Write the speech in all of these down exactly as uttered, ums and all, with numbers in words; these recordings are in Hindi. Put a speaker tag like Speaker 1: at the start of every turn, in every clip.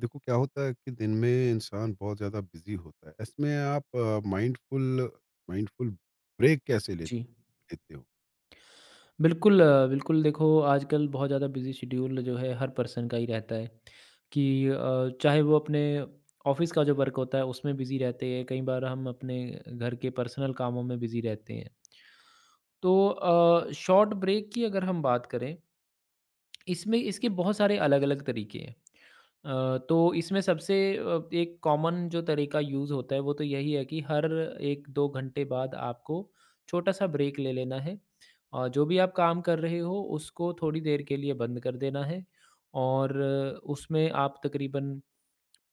Speaker 1: देखो क्या होता है कि दिन में इंसान बहुत ज़्यादा बिजी होता है। इसमें आप अ, माइंडफुल माइंडफुल ब्रेक कैसे ले
Speaker 2: जी,
Speaker 1: लेते हो?
Speaker 2: बिल्कुल अ, बिल्कुल देखो, आजकल बहुत ज़्यादा बिज़ी शेड्यूल जो है हर पर्सन का ही रहता है कि अ, चाहे वो अपने ऑफिस का जो वर्क होता है उसमें बिज़ी रहते हैं। कई बार हम अपने घर के पर्सनल कामों में बिज़ी रहते हैं। तो शॉर्ट ब्रेक की अगर हम बात करें, इसमें इसके बहुत सारे अलग-अलग तरीके हैं। अ, तो इसमें सबसे अ, एक कॉमन जो तरीका यूज़ होता है वो तो यही है कि हर एक दो घंटे बाद आपको छोटा-सा ब्रेक ले लेना है। और जो भी आप काम कर रहे हो उसको थोड़ी देर के लिए बंद कर देना है, और अ, उसमें आप तकरीबन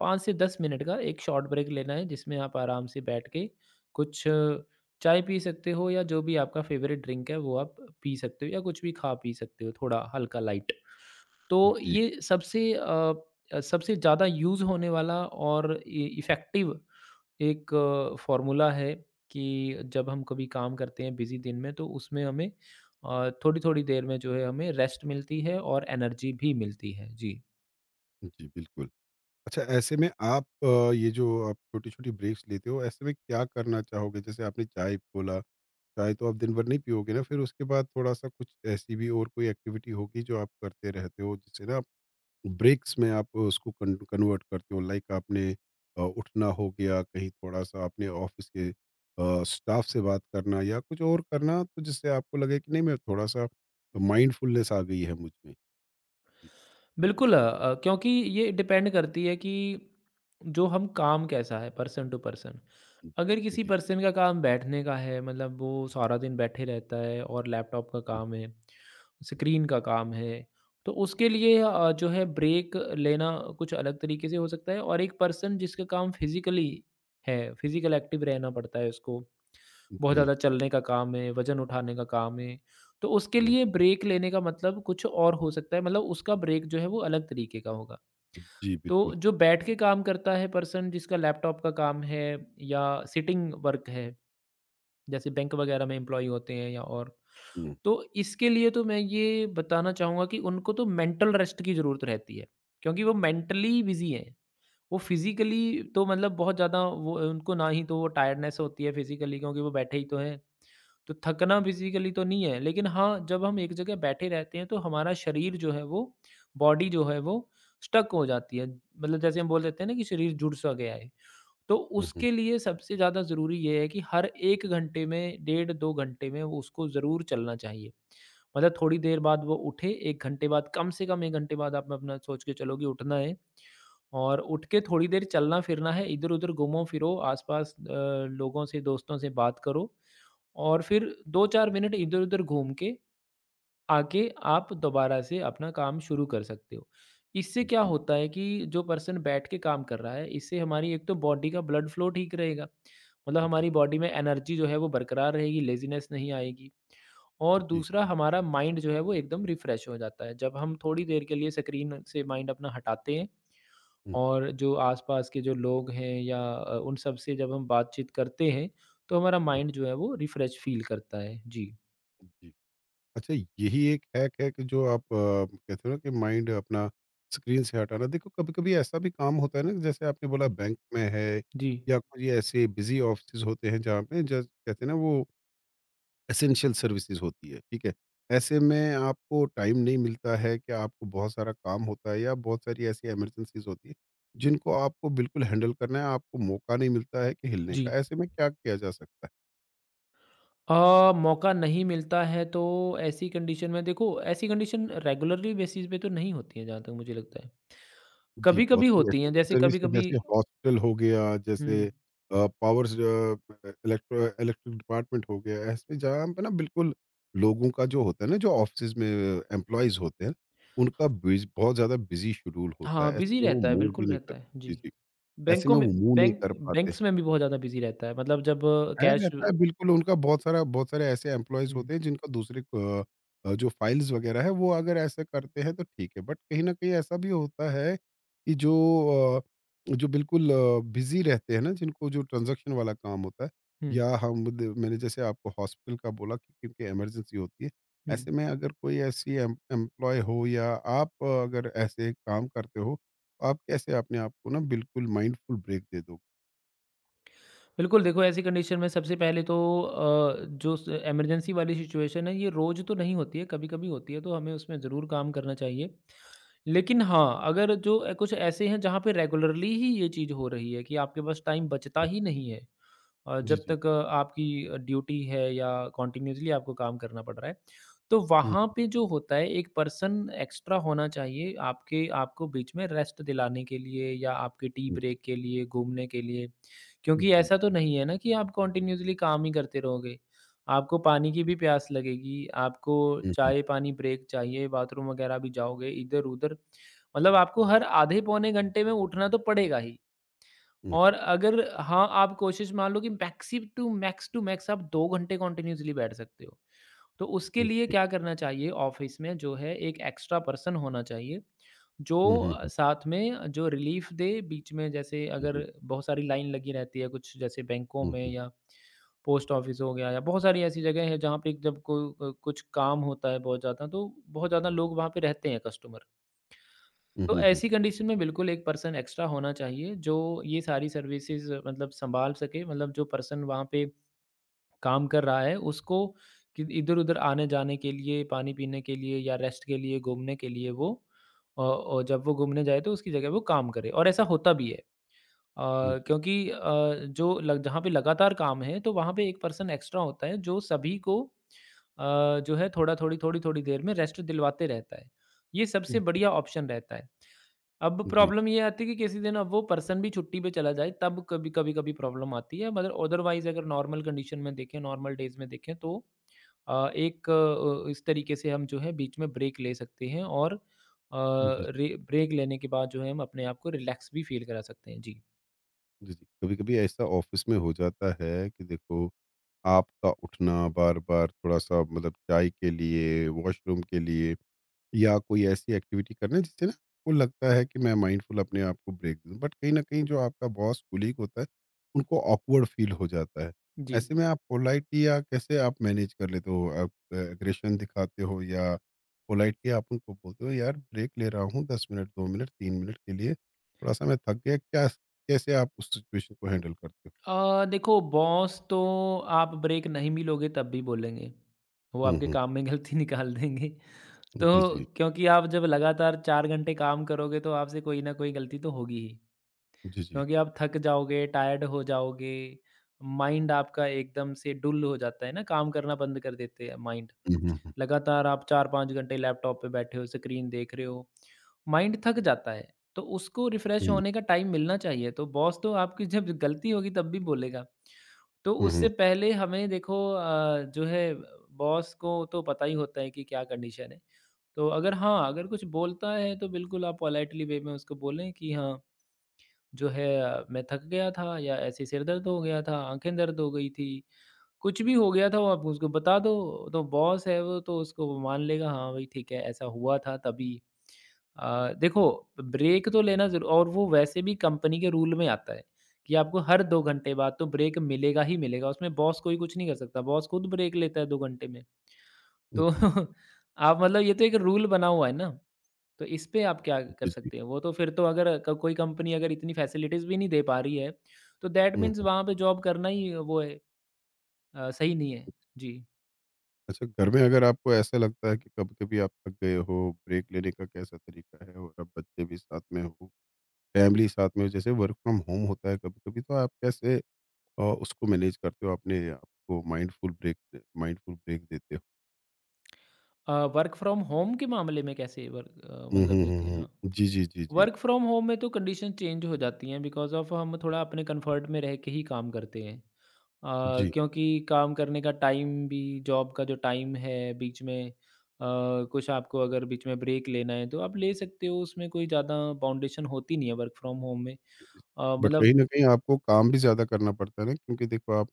Speaker 2: पाँच से दस मिनट का एक शॉर्ट ब्रेक लेना है, जिसमें आप आराम से बैठ के कुछ अ, चाय पी सकते हो, या जो भी आपका फ़ेवरेट ड्रिंक है वो आप पी सकते हो, या कुछ भी खा पी सकते हो थोड़ा हल्का लाइट। तो
Speaker 1: जी।
Speaker 2: ये सबसे अ अ, सबसे ज़्यादा यूज़ होने वाला और इ इफ़ेक्टिव एक फ़ॉर्मूला है कि जब हम कभी काम करते हैं बिज़ी दिन में, तो उसमें हमें अ, थोड़ी-थोड़ी देर में जो है हमें रेस्ट मिलती है और एनर्जी भी मिलती है। जी।
Speaker 1: जी, बिल्कुल। अच्छा, ऐसे में आप अ, ये जो आप छोटी-छोटी ब्रेक्स लेते हो, ऐसे में क्या करना चाहोगे? जैसे आपने चाय बोला, चाय तो आप दिन भर नहीं पियोगे ना, फिर उसके बाद थोड़ा-सा कुछ ऐसी भी और कोई एक्टिविटी होगी जो आप करते रहते हो जिससे ना ब्रेक्स में आप उसको कन कन्वर्ट करते हो। लाइक आपने अ, उठना हो गया, कहीं थोड़ा-सा आपने ऑफ़िस के अ, स्टाफ़ से बात करना या कुछ और करना, तो जिससे आपको लगे कि नहीं मैं थोड़ा-सा माइंडफुलनेस आ गई है मुझ में। जी,
Speaker 2: बिल्कुल। अ अ, क्योंकि ये डिपेंड करती है कि जो हम काम कैसा है, पर्सन टू पर्सन।
Speaker 1: हुँ,
Speaker 2: अगर किसी
Speaker 1: जी,
Speaker 2: पर्सन का काम बैठने का है, मतलब वो सारा दिन बैठे रहता है और लैपटॉप का काम है, स्क्रीन का काम है, तो उसके लिए अ, जो है ब्रेक लेना कुछ अलग तरीके से हो सकता है। और एक पर्सन जिसका काम फिज़िकली है, फिज़िकल एक्टिव रहना पड़ता है, उसको
Speaker 1: हुँ,
Speaker 2: बहुत
Speaker 1: जी,
Speaker 2: ज़्यादा चलने का काम है, वज़न उठाने का काम है, तो उसके
Speaker 1: हुँ,
Speaker 2: लिए ब्रेक लेने का मतलब कुछ और हो सकता है, मतलब उसका ब्रेक जो है वो अलग तरीके का होगा।
Speaker 1: जी, बिल्कुल।
Speaker 2: तो जो बैठ के काम करता है पर्सन, जिसका लैपटॉप का काम है या सिटिंग वर्क है, जैसे बैंक वगैरह में एम्प्लॉयी होते हैं या और,
Speaker 1: हुँ,
Speaker 2: तो इसके लिए तो मैं ये बताना चाहूँगा कि उनको तो मेंटल रेस्ट की ज़रूरत रहती है, क्योंकि वो मेंटली बिज़ी हैं। वो फिज़िकली तो मतलब बहुत ज़्यादा वो उनको ना, ही तो वो टायर्डनेस होती है फिज़िकली, क्योंकि वो बैठे ही तो हैं। तो थकना फिज़िकली तो नहीं है, लेकिन हाँ, जब हम एक जगह बैठे रहते हैं तो हमारा शरीर जो है वो, बॉडी जो है वो स्टक हो जाती है। मतलब जैसे हम बोल देते हैं ना कि शरीर जुड़ सा गया है। तो
Speaker 1: हुँ, हुँ,
Speaker 2: उसके लिए सबसे ज़्यादा ज़रूरी ये है कि हर एक घंटे में, डेढ़ दो घंटे में वो उसको ज़रूर चलना चाहिए। मतलब थोड़ी देर बाद वो उठे, एक घंटे बाद, कम से कम एक घंटे बाद आप अपना सोच के चलो कि उठना है, और उठ के थोड़ी देर चलना-फिरना है, इधर-उधर घूमो-फिरो, आस-पास अ, लोगों से, दोस्तों से बात करो। और फिर दो चार मिनट इधर-उधर घूम के आके आप दोबारा से अपना काम शुरू कर सकते हो। इससे क्या
Speaker 1: जी,
Speaker 2: होता है कि जो पर्सन बैठ के काम कर रहा है, इससे हमारी एक तो बॉडी का ब्लड फ्लो ठीक रहेगा, मतलब
Speaker 1: जी,
Speaker 2: हमारी बॉडी में एनर्जी जो है वो बरकरार रहेगी, लेज़ीनेस नहीं आएगी, और
Speaker 1: जी,
Speaker 2: दूसरा हमारा माइंड जो है वो एकदम रिफ़्रेश हो जाता है। जब हम थोड़ी देर के लिए स्क्रीन से माइंड अपना हटाते हैं
Speaker 1: हुँ,
Speaker 2: और जो आस-पास के जो लोग हैं या अ, उन सब से जब हम बातचीत करते हैं, तो हमारा
Speaker 1: हुँ,
Speaker 2: माइंड जो है वो रिफ़्रेश फ़ील करता है। जी।
Speaker 1: जी। अच्छा, यही एक हैक है कि जो आप अ, कहते हो ना कि माइंड अपना स्क्रीन से हटाना। देखो, कभी-कभी ऐसा भी काम होता है ना, जैसे आपने बोला
Speaker 2: जी,
Speaker 1: बैंक में है
Speaker 2: जी,
Speaker 1: या कुछ ये ऐसे बिजी ऑफिसेज होते हैं जहाँ पे जैसे कहते हैं ना वो एसेंशियल सर्विसेज होती है, ठीक है? ऐसे में आपको टाइम नहीं मिलता है कि आपको बहुत सारा काम होता है या बहुत सारी ऐसी इमरजेंसीज़ होती है, जिनको आपको बिल्कुल हैंडल करना है, आपको मौका नहीं मिलता है कि हिलने
Speaker 2: जी।
Speaker 1: का। ऐसे में क्या किया जा सकता है?
Speaker 2: अ, मौका नहीं मिलता है तो ऐसी कंडीशन में, देखो, ऐसी कंडीशन रेगुलरली बेसिस पे तो नहीं होती है, जहाँ तक मुझे लगता है।
Speaker 1: जी, बहुत
Speaker 2: कभी-कभी
Speaker 1: सारी
Speaker 2: होती
Speaker 1: ऐसी
Speaker 2: हैं, जैसे
Speaker 1: सर्विस है
Speaker 2: कभी-कभी।
Speaker 1: जैसे हॉस्पिटल हो गया, जैसे
Speaker 2: हुँ।
Speaker 1: अ, पावर्स, अ, इलेक्ट्रो इलेक्ट्रिक डिपार्टमेंट हो गया, इसमें जहाँ पे ना बिल्कुल लोगों का जो होता है ना, जो ऑफ़िसेज़ में एम्प्लॉइज़ होते हैं, उनका बिज़ बहुत ज़्यादा बिज़ी शेड्यूल होता
Speaker 2: हाँ,
Speaker 1: है,
Speaker 2: बिज़ी
Speaker 1: ऐसे में वो
Speaker 2: रहता है,
Speaker 1: मूव भी
Speaker 2: बिल्कुल
Speaker 1: नहीं कर।
Speaker 2: रहता है।
Speaker 1: जी,
Speaker 2: जी,
Speaker 1: जी। ऐसे
Speaker 2: बैंकों
Speaker 1: में
Speaker 2: में,
Speaker 1: वो मूव नहीं
Speaker 2: बैंक
Speaker 1: कर पाते।
Speaker 2: बैंक्स में भी बहुत ज़्यादा बिज़ी रहता है, मतलब जब
Speaker 1: है,
Speaker 2: कैश।
Speaker 1: रहता है बिल्कुल, उनका बहुत सारा, बहुत सारे ऐसे एम्प्लॉइज़ होते
Speaker 2: हुँ,
Speaker 1: हैं जिनका दूसरे अ अ, जो फाइल्स वगैरह है वो अगर ऐसे करते हैं तो ठीक है। बट कहीं न कहीं ऐसा भी होता है कि जो अ, जो बिल्कुल अ, बिज़ी रहते हैं ना, जिनको जो ट्रांज़ैक्शन वाला काम होता है,
Speaker 2: हुँ,
Speaker 1: या हम द मैंने जैसे आपको हॉस्पिटल का बोला कि क्योंकि इमरजेंसी होती है।
Speaker 2: हुँ।
Speaker 1: ऐसे में अगर कोई ऐसी एम एम्प्लॉयी हो या आप, अ, अगर ऐसे काम करते हो, तो आप कैसे अपने आप को ना बिल्कुल माइंडफुल ब्रेक दे दोगे?
Speaker 2: बिल्कुल देखो, ऐसी कंडीशन में सबसे पहले तो अ, जो स इमरजेंसी वाली सिचुएशन है, ये रोज़ तो नहीं होती है, कभी-कभी होती है, तो हमें उसमें ज़रूर काम करना चाहिए। लेकिन हाँ, अगर जो अ, कुछ ऐसे हैं जहाँ पे रेगुलरली ही ये चीज़ हो रही है कि आपके पास टाइम बचता ही नहीं है। अ,
Speaker 1: जी,
Speaker 2: जब
Speaker 1: जी।
Speaker 2: तक आपकी अ, आपकी ड्यूटी है, या कंटिन्यूअसली आपको काम करना पड़ रहा है, तो
Speaker 1: हुँ,
Speaker 2: वहाँ पे जो होता है, एक पर्सन एक्स्ट्रा होना चाहिए आपके आपको बीच में रेस्ट दिलाने के लिए, या आपके टी
Speaker 1: जी,
Speaker 2: ब्रेक के लिए, घूमने के लिए। क्योंकि
Speaker 1: जी।
Speaker 2: ऐसा तो नहीं है ना कि आप कंटिन्यूअसली काम ही करते रहोगे। आपको पानी की भी प्यास लगेगी, आपको
Speaker 1: हुँ, हुँ,
Speaker 2: चाय-पानी ब्रेक चाहिए, बाथरूम वगैरह भी जाओगे, इधर-उधर, मतलब आपको हर आधे पौने घंटे में उठना तो पड़ेगा ही।
Speaker 1: हुँ,
Speaker 2: और अगर हाँ, आप कोशिश, मान लो कि maximum to max to max आप दो घंटे कंटिन्यूअसली बैठ सकते हो। तो उसके
Speaker 1: हुँ,
Speaker 2: लिए
Speaker 1: जी।
Speaker 2: क्या करना चाहिए, ऑफ़िस में जो है एक एक्स्ट्रा पर्सन होना चाहिए,
Speaker 1: हुँ,
Speaker 2: जो
Speaker 1: हुँ,
Speaker 2: अ,
Speaker 1: हुँ,
Speaker 2: साथ में जो रिलीफ़ दे बीच में, जैसे
Speaker 1: हुँ,
Speaker 2: अगर
Speaker 1: हुँ,
Speaker 2: बहुत सारी लाइन लगी रहती है कुछ, जैसे बैंकों
Speaker 1: हुँ,
Speaker 2: में
Speaker 1: हुँ,
Speaker 2: या पोस्ट ऑफ़िस हो गया, या बहुत सारी ऐसी जगह है जहाँ पे जब को अ, कुछ काम होता है बहुत ज़्यादा, तो बहुत ज़्यादा लोग वहाँ पे रहते हैं कस्टमर।
Speaker 1: हुँ,
Speaker 2: तो
Speaker 1: हुँ, हुँ,
Speaker 2: ऐसी कंडीशन में बिल्कुल एक पर्सन एक्स्ट्रा होना चाहिए, जो ये सारी सर्विसेज मतलब सँभाल सके, मतलब जो पर्सन वहाँ पे काम कर रहा है उसको, कि इधर-उधर आने-जाने के लिए, पानी पीने के लिए या रेस्ट के लिए, घूमने के लिए वो, अ, और जब वो घूमने जाए तो उसकी जगह वो काम करे, और ऐसा होता भी है। अ,
Speaker 1: हुँ, जी,
Speaker 2: क्योंकि अ, जो लग जहाँ पे लगातार काम है, तो वहाँ पे एक पर्सन एक्स्ट्रा होता है जो सभी को अ, जो है थोड़ा थोड़ी, थोड़ी-थोड़ी देर में रेस्ट दिलवाते रहता है। ये
Speaker 1: हुँ,
Speaker 2: सबसे बढ़िया ऑप्शन रहता है। अब
Speaker 1: जी,
Speaker 2: प्रॉब्लम ये आती है कि किसी दिन अब वो पर्सन भी छुट्टी पे चला जाए, तब कभी कभी कभी प्रॉब्लम आती है, मगर अदरवाइज अगर नॉर्मल कंडीशन में देखें, नॉर्मल डेज में देखें, तो अ, एक अ, इस तरीके से हम जो है बीच में ब्रेक ले सकते हैं, और
Speaker 1: जी,
Speaker 2: ब्रेक लेने के बाद जो है हम अपने आप को रिलैक्स भी फील करा सकते हैं। जी।
Speaker 1: जी, जी। कभी-कभी ऐसा ऑफ़िस में हो जाता है कि देखो, आपका उठना बार-बार थोड़ा-सा, मतलब चाय के लिए, वॉशरूम के लिए या कोई ऐसी एक्टिविटी करना जिससे ना आपको लगता है कि मैं माइंडफुल अपने आप को ब्रेक दूँ। बट कहीं न कहीं जो आपका बॉस कोलीग होता है, उनको ऑकवर्ड फ़ील हो जाता है।
Speaker 2: जी।
Speaker 1: ऐसे में आप पोलाइटली या कैसे आप मैनेज कर लेते हो? आप अ, एग्रेशन दिखाते हो या पोलाइटली आप उनको बोलते हो यार ब्रेक ले रहा हूँ दस मिनट, दो मिनट, तीन मिनट के लिए, थोड़ा-सा मैं थक गया, क्या कैसे आप उस सिचुएशन को हैंडल करते हो?
Speaker 2: अ, देखो, बॉस तो, आप ब्रेक नहीं मिलोगे तब भी बोलेंगे, वो
Speaker 1: हुँ,
Speaker 2: आपके
Speaker 1: हुँ।
Speaker 2: काम में गलती निकाल देंगे। तो
Speaker 1: जी, जी।
Speaker 2: क्योंकि आप जब लगातार चार घंटे काम करोगे तो आपसे कोई ना कोई गलती तो होगी ही,
Speaker 1: जी, जी।
Speaker 2: क्योंकि आप थक जाओगे, टायर्ड हो जाओगे, माइंड आपका एकदम से डुल हो जाता है ना, काम करना बंद कर देते हैं माइंड।
Speaker 1: हुँ, हुँ, हुँ।
Speaker 2: लगातार आप चार पाँच घंटे लैपटॉप पे बैठे हो, स्क्रीन देख रहे हो, माइंड थक जाता है, तो उसको रिफ्रेश
Speaker 1: हुँ,
Speaker 2: होने का टाइम मिलना चाहिए। तो बॉस तो आपकी जब गलती होगी तब भी बोलेगा। तो
Speaker 1: हुँ, हुँ।
Speaker 2: उससे पहले हमें देखो, अ, जो है बॉस को तो पता ही होता है कि क्या कंडीशन है। तो अगर हाँ, अगर कुछ बोलता है, तो बिल्कुल आप पोलाइटली वे में उसको बोलें कि हाँ, जो है अ, मैं थक गया था, या ऐसे सिर दर्द हो गया था, आँखें दर्द हो गई थी, कुछ भी हो गया था वो आप उसको बता दो, तो बॉस है वो तो उसको वो मान लेगा, हाँ भाई ठीक है ऐसा हुआ था तभी। अ, देखो, ब्रेक तो लेना ज़रू और वो वैसे भी कंपनी के रूल में आता है कि आपको हर दो घंटे बाद तो ब्रेक मिलेगा ही मिलेगा, उसमें बॉस कोई कुछ नहीं कर सकता, बॉस खुद ब्रेक लेता है दो घंटे में। तो
Speaker 1: जी।
Speaker 2: आप मतलब ये तो एक रूल बना हुआ है ना। तो इस पे आप क्या कर
Speaker 1: जी, जी।
Speaker 2: सकते हैं? वो तो फिर तो अगर क कोई कंपनी अगर इतनी फैसिलिटीज़ भी नहीं दे पा रही है, तो दैट
Speaker 1: हुँ,
Speaker 2: मीन्स
Speaker 1: हुँ।
Speaker 2: वहाँ पे जॉब करना ही वो है, अ, सही नहीं है। जी।
Speaker 1: अच्छा, घर में अगर आपको ऐसा लगता है कि कभी-कभी आप थक गए हो, ब्रेक लेने का कैसा तरीका है? और अब बच्चे भी साथ में हो, फैमिली साथ में हो, जैसे वर्क फ्रॉम होम होता है कभी-कभी, तो आप कैसे अ, उसको मैनेज करते हो? अपने आप को माइंडफुल ब्रेक माइंडफुल ब्रेक देते हो?
Speaker 2: अ, वर्क फ्रॉम होम के मामले में कैसे वर्क अ,
Speaker 1: हुँ,
Speaker 2: मतलब
Speaker 1: हुँ, हुँ,
Speaker 2: देते हैं? हाँ।
Speaker 1: हुँ। जी, जी, जी, जी।
Speaker 2: वर्क फ्रॉम होम में तो कंडीशन चेंज हो जाती हैं बिकॉज़ ऑफ़ हम थोड़ा अपने कंफर्ट में रह के ही काम करते हैं। अ,
Speaker 1: जी,
Speaker 2: क्योंकि काम करने का टाइम भी जॉब का जो टाइम है बीच में अ, कुछ आपको अगर बीच में ब्रेक लेना है, तो आप ले सकते हो। उसमें कोई ज़्यादा बाउंडेशन होती नहीं है वर्क फ्रॉम होम में।
Speaker 1: जी।
Speaker 2: अ,
Speaker 1: बट
Speaker 2: मतलब
Speaker 1: कहीं न कहीं आपको काम भी ज़्यादा करना पड़ता है ना, क्योंकि देखो आप,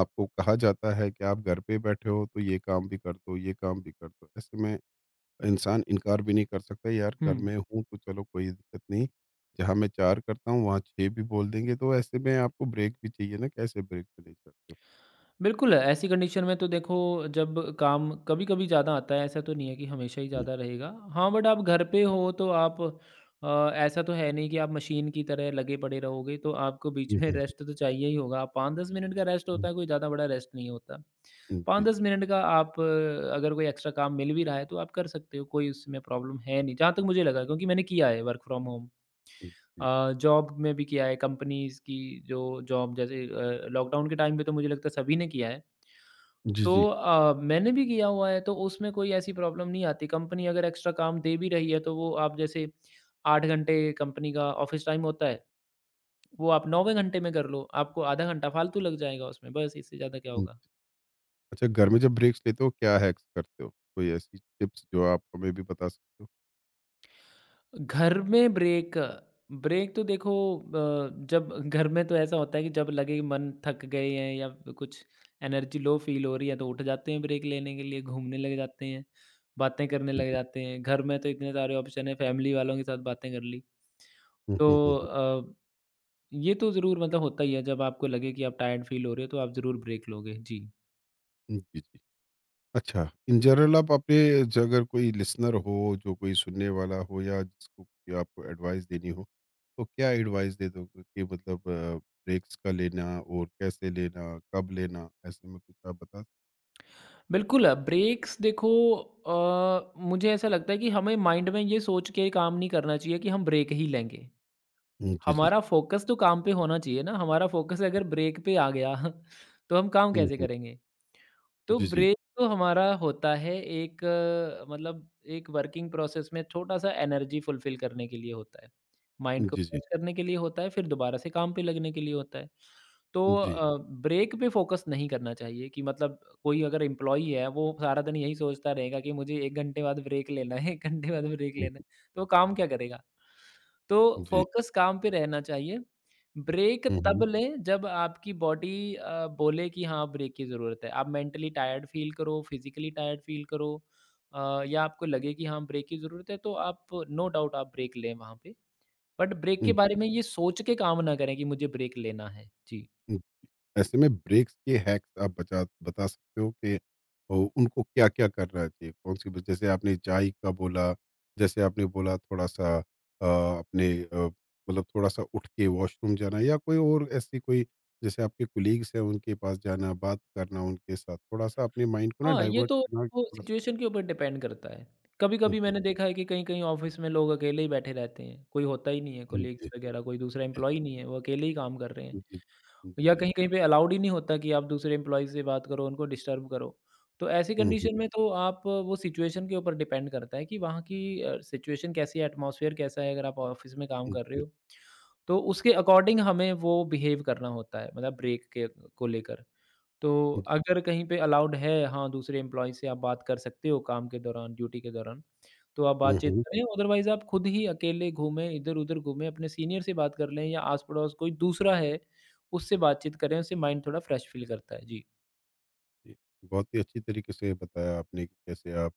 Speaker 1: आपको कहा जाता है कि आप घर पे बैठे हो, तो ये काम भी कर दो, ये काम भी कर दो। ऐसे में इंसान इनकार भी नहीं कर सकता, यार घर
Speaker 2: हुँ,
Speaker 1: में हूँ तो चलो कोई दिक्कत नहीं। जहाँ मैं चार करता हूँ वहाँ छह भी बोल देंगे, तो ऐसे में आपको ब्रेक भी चाहिए ना, कैसे ब्रेक पे ले सकते हो?
Speaker 2: बिल्कुल, ऐसी कंडीशन में तो देखो जब काम कभी-कभी ज़्यादा आता है, ऐसा तो नहीं है कि हमेशा ही
Speaker 1: हुँ,
Speaker 2: ज़्यादा रहेगा। हाँ, बट आप घर पे हो तो आप अ, ऐसा तो है नहीं कि आप मशीन की तरह लगे पड़े रहोगे, तो आपको बीच
Speaker 1: हुँ,
Speaker 2: में रेस्ट तो चाहिए ही होगा। पाँच से दस मिनट का रेस्ट
Speaker 1: हुँ,
Speaker 2: होता है, कोई ज़्यादा बड़ा रेस्ट नहीं होता।
Speaker 1: हुँ, जी,
Speaker 2: पाँच से दस मिनट का आप अ, अगर कोई एक्स्ट्रा काम मिल भी रहा है, तो आप कर सकते हो, कोई उसमें प्रॉब्लम है नहीं, जहाँ तक मुझे लगा क्योंकि मैंने किया है वर्क फ्रॉम होम।
Speaker 1: हुँ, जी।
Speaker 2: अ, जॉब में भी किया है, कंपनीज़ की जो जॉब जैसे अ, लॉकडाउन के टाइम पे तो मुझे लगता है सभी ने किया है।
Speaker 1: जी,
Speaker 2: तो
Speaker 1: जी।
Speaker 2: अ, मैंने भी किया हुआ है, तो उसमें कोई ऐसी प्रॉब्लम नहीं आती। कंपनी अगर एक्स्ट्रा काम दे भी रही है, तो वो आप जैसे आठ घंटे कंपनी का ऑफ़िस टाइम होता है, वो आप नौवें घंटे में कर लो, आपको आधा घंटा फालतू लग जाएगा उसमें, बस इससे ज़्यादा क्या
Speaker 1: हुँ,
Speaker 2: होगा।
Speaker 1: अच्छा, घर में जब ब्रेक्स लेते हो क्या हैक्स करते हो? कोई ऐसी टिप्स जो आप हमें भी बता सकते हो?
Speaker 2: घर में ब्रेक ब्रेक तो देखो अ, जब घर में तो ऐसा होता है कि जब लगे कि मन थक गए हैं या कुछ एनर्जी लो फील हो रही है, तो उठ जाते हैं ब्रेक लेने के लिए, घूमने लग जाते हैं, बातें करने
Speaker 1: जी,
Speaker 2: लग
Speaker 1: जी।
Speaker 2: जाते हैं। घर में तो इतने सारे ऑप्शन है, फैमिली वालों के साथ बातें कर ली।
Speaker 1: हुँ,
Speaker 2: तो
Speaker 1: हुँ, हुँ, हुँ।
Speaker 2: अ, ये तो ज़रूर मतलब होता ही है जब आपको लगे कि आप टायर्ड फील हो रहे हो तो आप ज़रूर ब्रेक लोगे जी।
Speaker 1: हुँ, जी, जी। अच्छा, इन जनरल आप अपने ज अगर कोई लिसनर हो, जो कोई सुनने वाला हो या जिसको कोई आपको एडवाइस देनी हो, तो क्या एडवाइस दे दोगे कि मतलब अ, ब्रेक्स का लेना और कैसे लेना, कब लेना? ऐसे में कुछ आप बता।
Speaker 2: बिल्कुल ब्रेक्स देखो, अ, मुझे ऐसा लगता है कि हमें माइंड में ये सोच के काम नहीं करना चाहिए कि हम ब्रेक ही लेंगे।
Speaker 1: हुँ, जी, जी।
Speaker 2: हमारा फ़ोकस तो काम पे होना चाहिए ना, हमारा फ़ोकस अगर ब्रेक पे आ गया, तो हम काम
Speaker 1: हुँ,
Speaker 2: कैसे
Speaker 1: हुँ।
Speaker 2: करेंगे? तो
Speaker 1: जी, जी।
Speaker 2: ब्रेक तो हमारा होता है एक अ, मतलब एक वर्किंग प्रोसेस में छोटा-सा एनर्जी फुलफिल करने के लिए होता है। माइंड को
Speaker 1: जी, जी।
Speaker 2: फ्रेश करने के लिए होता है, फिर दोबारा से काम पे लगने के लिए होता है। तो
Speaker 1: जी।
Speaker 2: अ, ब्रेक पे फोकस नहीं करना चाहिए कि मतलब कोई अगर एम्प्लॉयी है, वो सारा दिन यही सोचता रहेगा कि मुझे एक घंटे बाद ब्रेक लेना है, एक घंटे बाद ब्रेक
Speaker 1: हुँ,
Speaker 2: लेना है, तो वो काम क्या करेगा? तो
Speaker 1: जी।
Speaker 2: फोकस काम पे रहना चाहिए। ब्रेक तब
Speaker 1: हुँ,
Speaker 2: लें जब आपकी बॉडी अ, बोले कि हाँ ब्रेक की ज़रूरत है। आप मेंटली टायर्ड फ़ील करो, फिज़िकली टायर्ड फ़ील करो अ, या आपको लगे कि हाँ ब्रेक की ज़रूरत है तो आप नो डाउट आप ब्रेक लें वहाँ पे। बट ब्रेक
Speaker 1: हुँ।
Speaker 2: के बारे
Speaker 1: जी।
Speaker 2: में ये सोच के काम ना करें कि मुझे ब्रेक लेना है। जी।
Speaker 1: ऐसे में ब्रेक्स के हैक्स आप बचा बता सकते हो कि ओ, उनको क्या क्या करना चाहिए, कौन सी जैसे आपने चाय का बोला, जैसे आपने बोला थोड़ा सा अ, अपने अ, मतलब थोड़ा सा उठ के वॉशरूम जाना या कोई और ऐसी कोई, जैसे आपके कुलीग्स हैं उनके पास जाना, बात करना उनके साथ, थोड़ा सा अपने माइंड को ना
Speaker 2: हाँ, ये
Speaker 1: डाइवर्ट
Speaker 2: तो
Speaker 1: करना,
Speaker 2: वो
Speaker 1: थोड़ा सा-।
Speaker 2: सिचुएशन के ऊपर डिपेंड करता है।
Speaker 1: जी
Speaker 2: कभी-कभी
Speaker 1: जी
Speaker 2: मैंने देखा है कि कहीं-कहीं ऑफ़िस में लोग अकेले ही बैठे रहते हैं। कोई होता ही नहीं है, कोलीग्स
Speaker 1: जी
Speaker 2: वगैरह कोई दूसरा
Speaker 1: जी
Speaker 2: एम्प्लॉयी नहीं है, वो अकेले ही काम कर रहे हैं।
Speaker 1: जी जी
Speaker 2: या
Speaker 1: जी।
Speaker 2: कहीं-कहीं पे अलाउड ही नहीं होता कि आप दूसरे एम्प्लॉई से बात करो, उनको डिस्टर्ब करो। तो ऐसी
Speaker 1: हम्म, हम्म,
Speaker 2: कंडीशन में तो आप अ, वो सिचुएशन के ऊपर डिपेंड करता है कि वहाँ की अ, सिचुएशन कैसी है, एटमॉस्फेयर कैसा है, अगर आप ऑफ़िस में काम
Speaker 1: जी
Speaker 2: कर रहे
Speaker 1: जी।
Speaker 2: हो। तो उसके अकॉर्डिंग हमें वो बिहेव करना होता है, मतलब ब्रेक के को लेकर। तो अगर कहीं पे अलाउड है हाँ, दूसरे एम्प्लॉई से आप बात कर सकते हो काम के दौरान, ड्यूटी के दौरान, तो आप
Speaker 1: हम्म,
Speaker 2: बातचीत
Speaker 1: हम्म,
Speaker 2: करें, अदरवाइज़ आप खुद ही अकेले घूमें, इधर-उधर घूमें, अपने सीनियर से बात कर लें या आस-पड़ोस कोई दूसरा है, उससे बातचीत करें, उससे माइंड थोड़ा फ्रेश फ़ील करता है। जी।
Speaker 1: जी। बहुत ही अच्छी तरीके से बताया आपने कि कैसे आप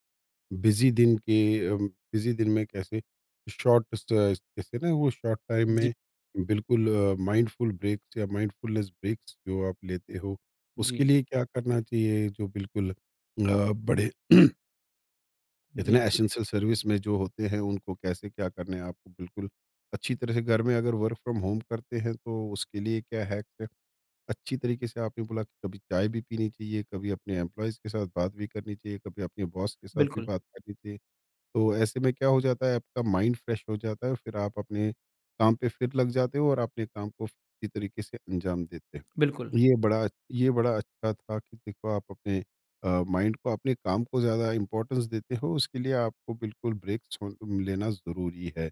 Speaker 1: बिज़ी दिन के अम, बिज़ी दिन में कैसे शॉर्ट स जैसे ना वो शॉर्ट टाइम
Speaker 2: जी,
Speaker 1: में बिल्कुल अ, माइंडफुल ब्रेक्स या माइंडफुलनेस ब्रेक्स जो आप लेते हो,
Speaker 2: जी,
Speaker 1: उसके लिए क्या करना चाहिए? जो बिल्कुल अ, बड़े इतने
Speaker 2: जी।
Speaker 1: एसेंशियल सर्विस में जो होते हैं उनको कैसे क्या करना है, आपको बिल्कुल अच्छी तरह से, घर में अगर वर्क फ्रॉम होम करते हैं तो उसके लिए क्या हैक्स है? अच्छी तरीके से आपने बोला कि कभी चाय भी पीनी चाहिए, कभी अपने एम्प्लॉइज़ के साथ बात भी करनी चाहिए, कभी अपने बॉस के साथ भी
Speaker 2: बिल्कुल,
Speaker 1: बात करनी चाहिए। तो ऐसे में क्या हो जाता है, आपका माइंड फ्रेश हो जाता है और फिर आप अपने काम पे फिर लग जाते हो और अपने काम को इसी तरीके से अंजाम देते
Speaker 2: बिल्कुल,
Speaker 1: हो। ये बड़ा, ये बड़ा अच्छा था कि देखो आप अपने अ, माइंड को, अपने काम को ज़्यादा इम्पोर्टेंस देते हो, उसके लिए आपको बिल्कुल ब्रेक्स हो- लेना ज़रूरी है।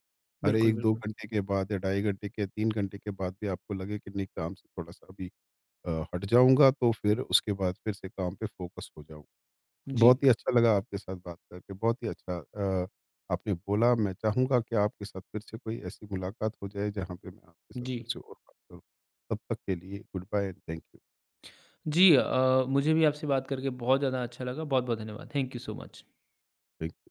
Speaker 1: हर
Speaker 2: बिल्कुल,
Speaker 1: एक दो
Speaker 2: बिल्कुल।
Speaker 1: घंटे के बाद या ढाई घंटे के, तीन घंटे के बाद भी आपको लगे कि नहीं काम से थोड़ा-सा अभी अ, हट जाऊँगा, तो फिर उसके बाद फिर से काम पे फ़ोकस हो जाऊँ।
Speaker 2: जी,
Speaker 1: बहुत ही अच्छा लगा आपके साथ बात करके, बहुत ही अच्छा अ, आपने बोला। मैं चाहूँगा कि आपके साथ फिर से कोई ऐसी मुलाकात हो जाए, जहाँ पे मैं आपके साथ
Speaker 2: जी।
Speaker 1: फिर से और बात करूँ। तब तक के लिए goodbye and thank you.
Speaker 2: जी अ, मुझे भी आपसे बात करके बहुत ज़्यादा अच्छा लगा। बहुत-बहुत धन्यवाद। Thank you so much.
Speaker 1: Thank